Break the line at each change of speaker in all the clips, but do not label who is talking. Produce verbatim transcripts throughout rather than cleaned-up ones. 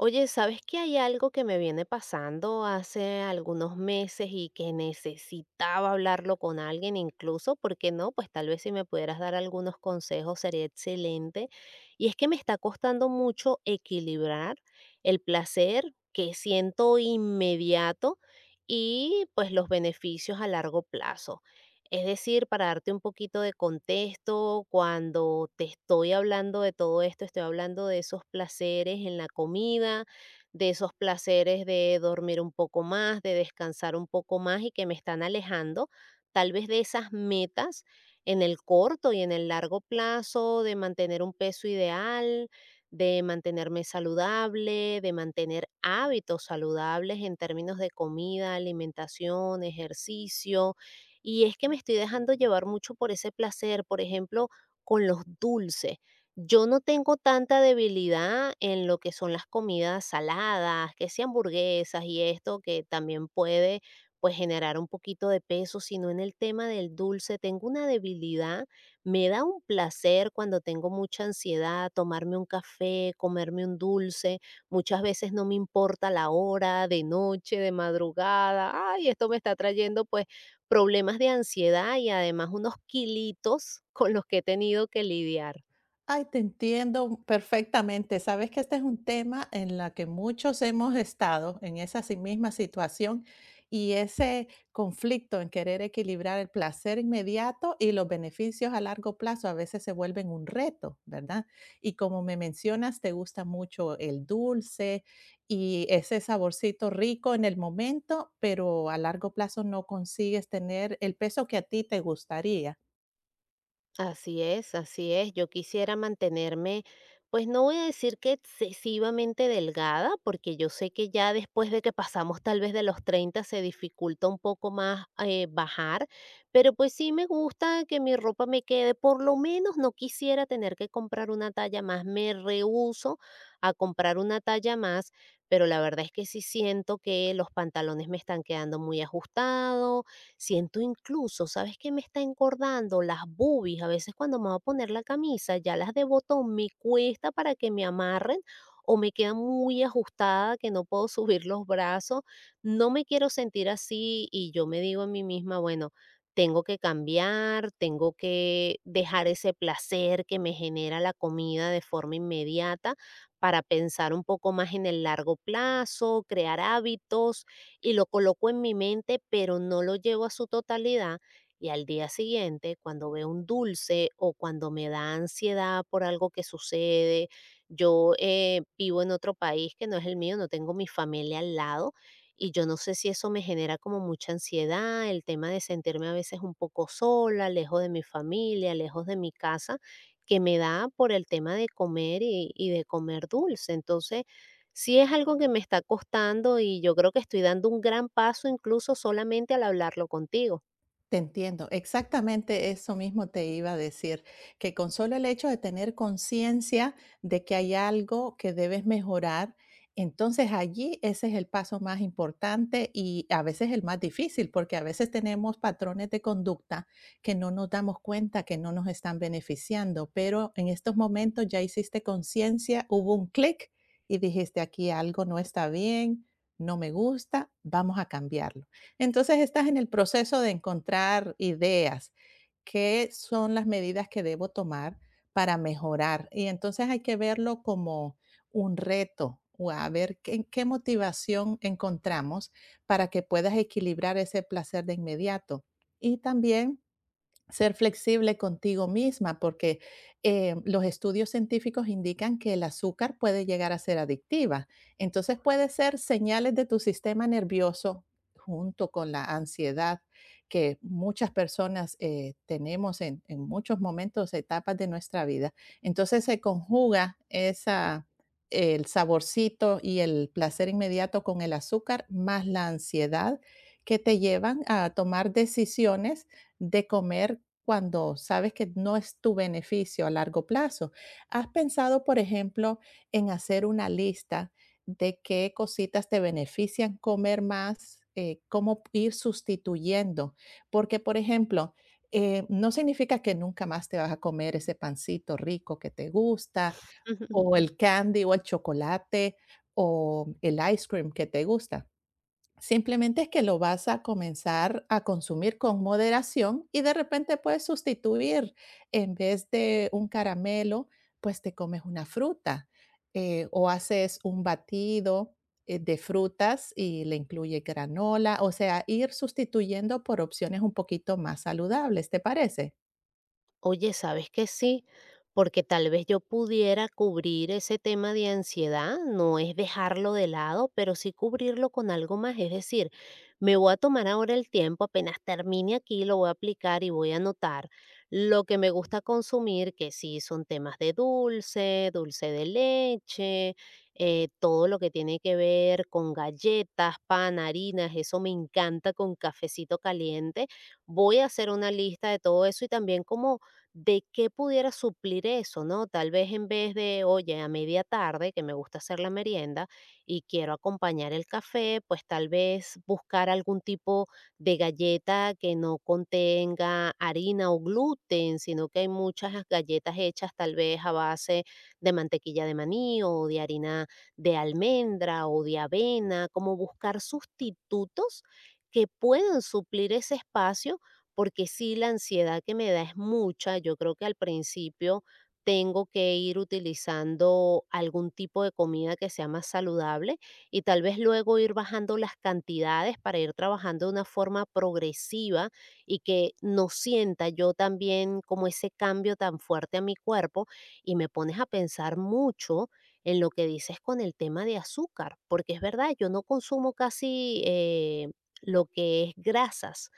Oye, ¿sabes que hay algo que me viene pasando hace algunos meses y que necesitaba hablarlo con alguien incluso? ¿porque no? Pues tal vez si me pudieras dar algunos consejos sería excelente. Y es que me está costando mucho equilibrar el placer que siento inmediato y pues los beneficios a largo plazo. Es decir, para darte un poquito de contexto, cuando te estoy hablando de todo esto, estoy hablando de esos placeres en la comida, de esos placeres de dormir un poco más, de descansar un poco más y que me están alejando tal vez de esas metas en el corto y en el largo plazo, de mantener un peso ideal, de mantenerme saludable, de mantener hábitos saludables en términos de comida, alimentación, ejercicio y es que me estoy dejando llevar mucho por ese placer, por ejemplo, con los dulces. Yo no tengo tanta debilidad en lo que son las comidas saladas, que sean hamburguesas y esto que también puede pues generar un poquito de peso, sino en el tema del dulce tengo una debilidad, me da un placer cuando tengo mucha ansiedad tomarme un café, comerme un dulce, muchas veces no me importa la hora, de noche, de madrugada, ay, esto me está trayendo pues problemas de ansiedad y además unos kilitos con los que he tenido que lidiar.
Ay, te entiendo perfectamente. Sabes que este es un tema en la que muchos hemos estado en esa sí misma situación y ese conflicto en querer equilibrar el placer inmediato y los beneficios a largo plazo a veces se vuelven un reto, ¿verdad? Y como me mencionas, te gusta mucho el dulce y ese saborcito rico en el momento, pero a largo plazo no consigues tener el peso que a ti te gustaría.
Así es, así es. Yo quisiera mantenerme, pues no voy a decir que excesivamente delgada, porque yo sé que ya después de que pasamos tal vez de los treinta se dificulta un poco más eh, bajar, pero pues sí me gusta que mi ropa me quede, por lo menos no quisiera tener que comprar una talla más, me rehúso a comprar una talla más, pero la verdad es que sí siento que los pantalones me están quedando muy ajustados. Siento incluso, ¿sabes qué me está engordando? Las boobies. A veces cuando me voy a poner la camisa, ya las de botón me cuesta para que me amarren o me queda muy ajustada que no puedo subir los brazos. No me quiero sentir así y yo me digo a mí misma, bueno, tengo que cambiar, tengo que dejar ese placer que me genera la comida de forma inmediata para pensar un poco más en el largo plazo, crear hábitos y lo coloco en mi mente, pero no lo llevo a su totalidad. Y al día siguiente, cuando veo un dulce o cuando me da ansiedad por algo que sucede, yo eh, vivo en otro país que no es el mío, no tengo mi familia al lado y yo no sé si eso me genera como mucha ansiedad, el tema de sentirme a veces un poco sola, lejos de mi familia, lejos de mi casa, que me da por el tema de comer y, y de comer dulce. Entonces, sí es algo que me está costando y yo creo que estoy dando un gran paso incluso solamente al hablarlo contigo.
Te entiendo, exactamente eso mismo te iba a decir, que con solo el hecho de tener conciencia de que hay algo que debes mejorar, entonces allí ese es el paso más importante y a veces el más difícil, porque a veces tenemos patrones de conducta que no nos damos cuenta que no nos están beneficiando, pero en estos momentos ya hiciste conciencia, hubo un clic y dijiste aquí algo no está bien, no me gusta, vamos a cambiarlo. Entonces estás en el proceso de encontrar ideas. ¿Qué son las medidas que debo tomar para mejorar? Y entonces hay que verlo como un reto o a ver qué, qué motivación encontramos para que puedas equilibrar ese placer de inmediato. Y también ser flexible contigo misma, porque eh, los estudios científicos indican que el azúcar puede llegar a ser adictiva. Entonces puede ser señales de tu sistema nervioso junto con la ansiedad que muchas personas eh, tenemos en, en muchos momentos, etapas de nuestra vida. Entonces se conjuga esa, el saborcito y el placer inmediato con el azúcar más la ansiedad que te llevan a tomar decisiones de comer cuando sabes que no es tu beneficio a largo plazo. ¿Has pensado, por ejemplo, en hacer una lista de qué cositas te benefician comer más? Eh, cómo ir sustituyendo. Porque, por ejemplo, eh, no significa que nunca más te vas a comer ese pancito rico que te gusta, o el candy, o el chocolate, o el ice cream que te gusta. Simplemente es que lo vas a comenzar a consumir con moderación y de repente puedes sustituir, en vez de un caramelo, pues te comes una fruta eh, o haces un batido eh, de frutas y le incluye granola, o sea, ir sustituyendo por opciones un poquito más saludables, ¿te parece?
Oye, ¿sabes que sí? Porque tal vez yo pudiera cubrir ese tema de ansiedad, no es dejarlo de lado, pero sí cubrirlo con algo más. Es decir, me voy a tomar ahora el tiempo, apenas termine aquí, lo voy a aplicar y voy a anotar lo que me gusta consumir, que sí son temas de dulce, dulce de leche, eh, todo lo que tiene que ver con galletas, pan, harinas, eso me encanta con cafecito caliente. Voy a hacer una lista de todo eso y también como de qué pudiera suplir eso, ¿no? Tal vez en vez de, oye, a media tarde, que me gusta hacer la merienda y quiero acompañar el café, pues tal vez buscar algún tipo de galleta que no contenga harina o gluten, sino que hay muchas galletas hechas tal vez a base de mantequilla de maní o de harina de almendra o de avena, como buscar sustitutos que puedan suplir ese espacio porque sí la ansiedad que me da es mucha. Yo creo que al principio tengo que ir utilizando algún tipo de comida que sea más saludable y tal vez luego ir bajando las cantidades para ir trabajando de una forma progresiva y que no sienta yo también como ese cambio tan fuerte a mi cuerpo y me pones a pensar mucho en lo que dices con el tema de azúcar, porque es verdad, yo no consumo casi eh, lo que es grasas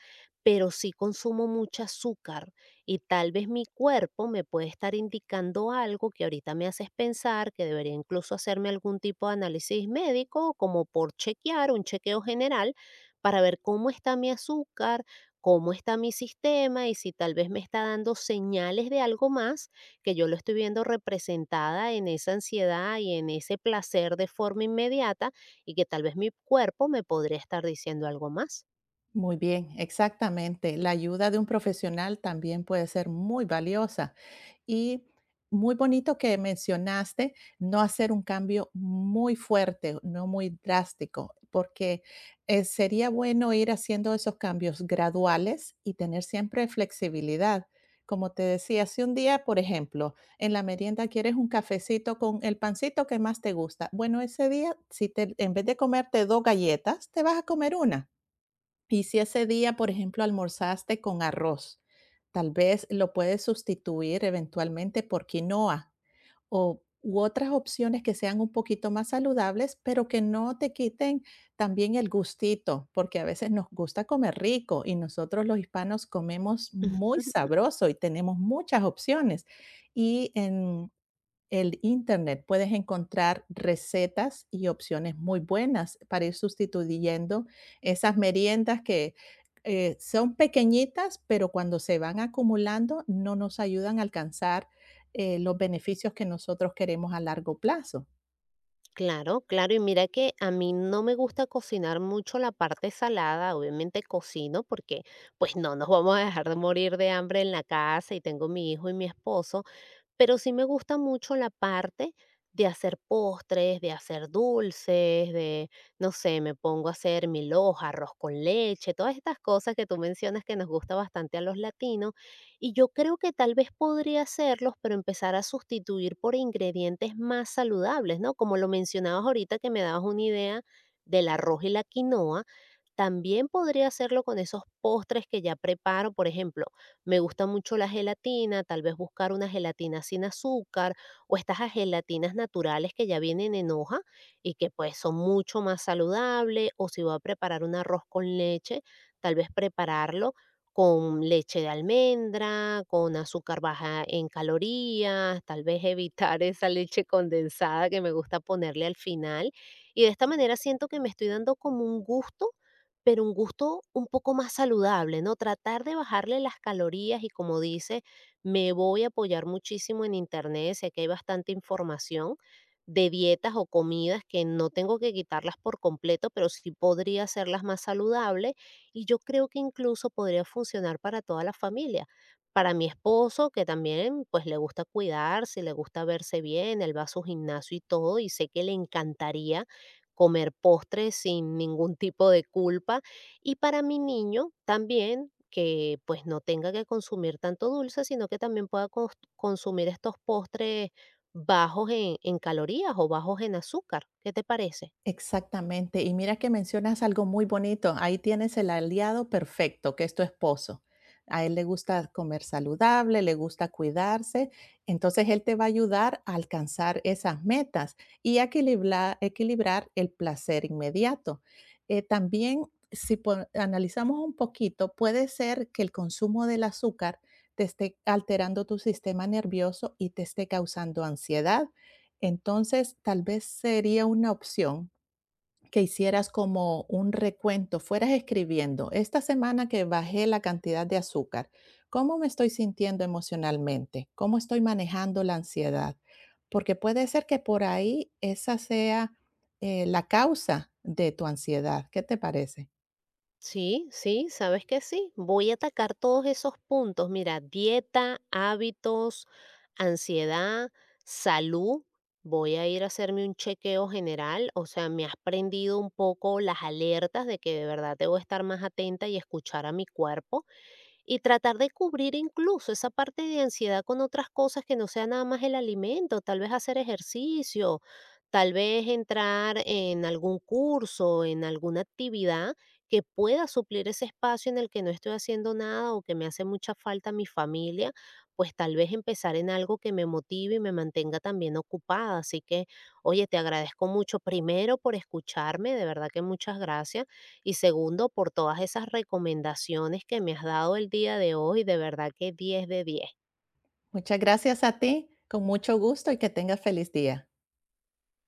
pero sí consumo mucho azúcar y tal vez mi cuerpo me puede estar indicando algo que ahorita me haces pensar que debería incluso hacerme algún tipo de análisis médico, como por chequear, un chequeo general, para ver cómo está mi azúcar, cómo está mi sistema y si tal vez me está dando señales de algo más que yo lo estoy viendo representada en esa ansiedad y en ese placer de forma inmediata y que tal vez mi cuerpo me podría estar diciendo algo más.
Muy bien, exactamente. La ayuda de un profesional también puede ser muy valiosa. Y muy bonito que mencionaste no hacer un cambio muy fuerte, no muy drástico, porque eh, sería bueno ir haciendo esos cambios graduales y tener siempre flexibilidad. Como te decía, si un día, por ejemplo, en la merienda quieres un cafecito con el pancito que más te gusta, bueno, ese día, si te, en vez de comerte dos galletas, te vas a comer una y si ese día, por ejemplo, almorzaste con arroz, tal vez lo puedes sustituir eventualmente por quinoa o u otras opciones que sean un poquito más saludables, pero que no te quiten también el gustito, porque a veces nos gusta comer rico y nosotros los hispanos comemos muy sabroso y tenemos muchas opciones. Y en el Internet puedes encontrar recetas y opciones muy buenas para ir sustituyendo esas meriendas que eh, son pequeñitas, pero cuando se van acumulando no nos ayudan a alcanzar eh, los beneficios que nosotros queremos a largo plazo.
Claro, claro, y mira que a mí no me gusta cocinar mucho la parte salada, obviamente cocino porque pues no nos vamos a dejar de morir de hambre en la casa y tengo mi hijo y mi esposo, pero sí me gusta mucho la parte de hacer postres, de hacer dulces, de, no sé, me pongo a hacer mil arroz con leche, todas estas cosas que tú mencionas que nos gusta bastante a los latinos. Y yo creo que tal vez podría hacerlos, pero empezar a sustituir por ingredientes más saludables, ¿no? Como lo mencionabas ahorita que me dabas una idea del arroz y la quinoa también podría hacerlo con esos postres que ya preparo, por ejemplo, me gusta mucho la gelatina, tal vez buscar una gelatina sin azúcar o estas a- gelatinas naturales que ya vienen en hoja y que pues son mucho más saludables o si voy a preparar un arroz con leche, tal vez prepararlo con leche de almendra, con azúcar baja en calorías, tal vez evitar esa leche condensada que me gusta ponerle al final. Y de esta manera siento que me estoy dando como un gusto pero un gusto un poco más saludable, ¿no? Tratar de bajarle las calorías y como dice, me voy a apoyar muchísimo en internet, sé que hay bastante información de dietas o comidas que no tengo que quitarlas por completo, pero sí podría hacerlas más saludables y yo creo que incluso podría funcionar para toda la familia. Para mi esposo, que también pues le gusta cuidarse, le gusta verse bien, él va a su gimnasio y todo, y sé que le encantaría comer postres sin ningún tipo de culpa. Y para mi niño también, que pues no tenga que consumir tanto dulce, sino que también pueda cons- consumir estos postres bajos en, en calorías o bajos en azúcar. ¿Qué te parece?
Exactamente. Y mira que mencionas algo muy bonito. Ahí tienes el aliado perfecto, que es tu esposo. A él le gusta comer saludable, le gusta cuidarse. Entonces él te va a ayudar a alcanzar esas metas y a equilibrar, equilibrar el placer inmediato. Eh, también, si po- analizamos un poquito, puede ser que el consumo del azúcar te esté alterando tu sistema nervioso y te esté causando ansiedad. Entonces, tal vez sería una opción que hicieras como un recuento, fueras escribiendo, esta semana que bajé la cantidad de azúcar, ¿cómo me estoy sintiendo emocionalmente? ¿Cómo estoy manejando la ansiedad? Porque puede ser que por ahí esa sea eh, la causa de tu ansiedad. ¿Qué te parece?
Sí, sí, sabes que sí. Voy a atacar todos esos puntos. Mira, dieta, hábitos, ansiedad, salud. Voy a ir a hacerme un chequeo general. O sea, me has prendido un poco las alertas de que de verdad debo estar más atenta y escuchar a mi cuerpo. Y tratar de cubrir incluso esa parte de ansiedad con otras cosas que no sea nada más el alimento, tal vez hacer ejercicio, tal vez entrar en algún curso, en alguna actividad que pueda suplir ese espacio en el que no estoy haciendo nada o que me hace mucha falta mi familia, pues tal vez empezar en algo que me motive y me mantenga también ocupada. Así que, oye, te agradezco mucho primero por escucharme, de verdad que muchas gracias y segundo, por todas esas recomendaciones que me has dado el día de hoy, de verdad que diez de diez
Muchas gracias a ti, con mucho gusto y que tengas feliz día.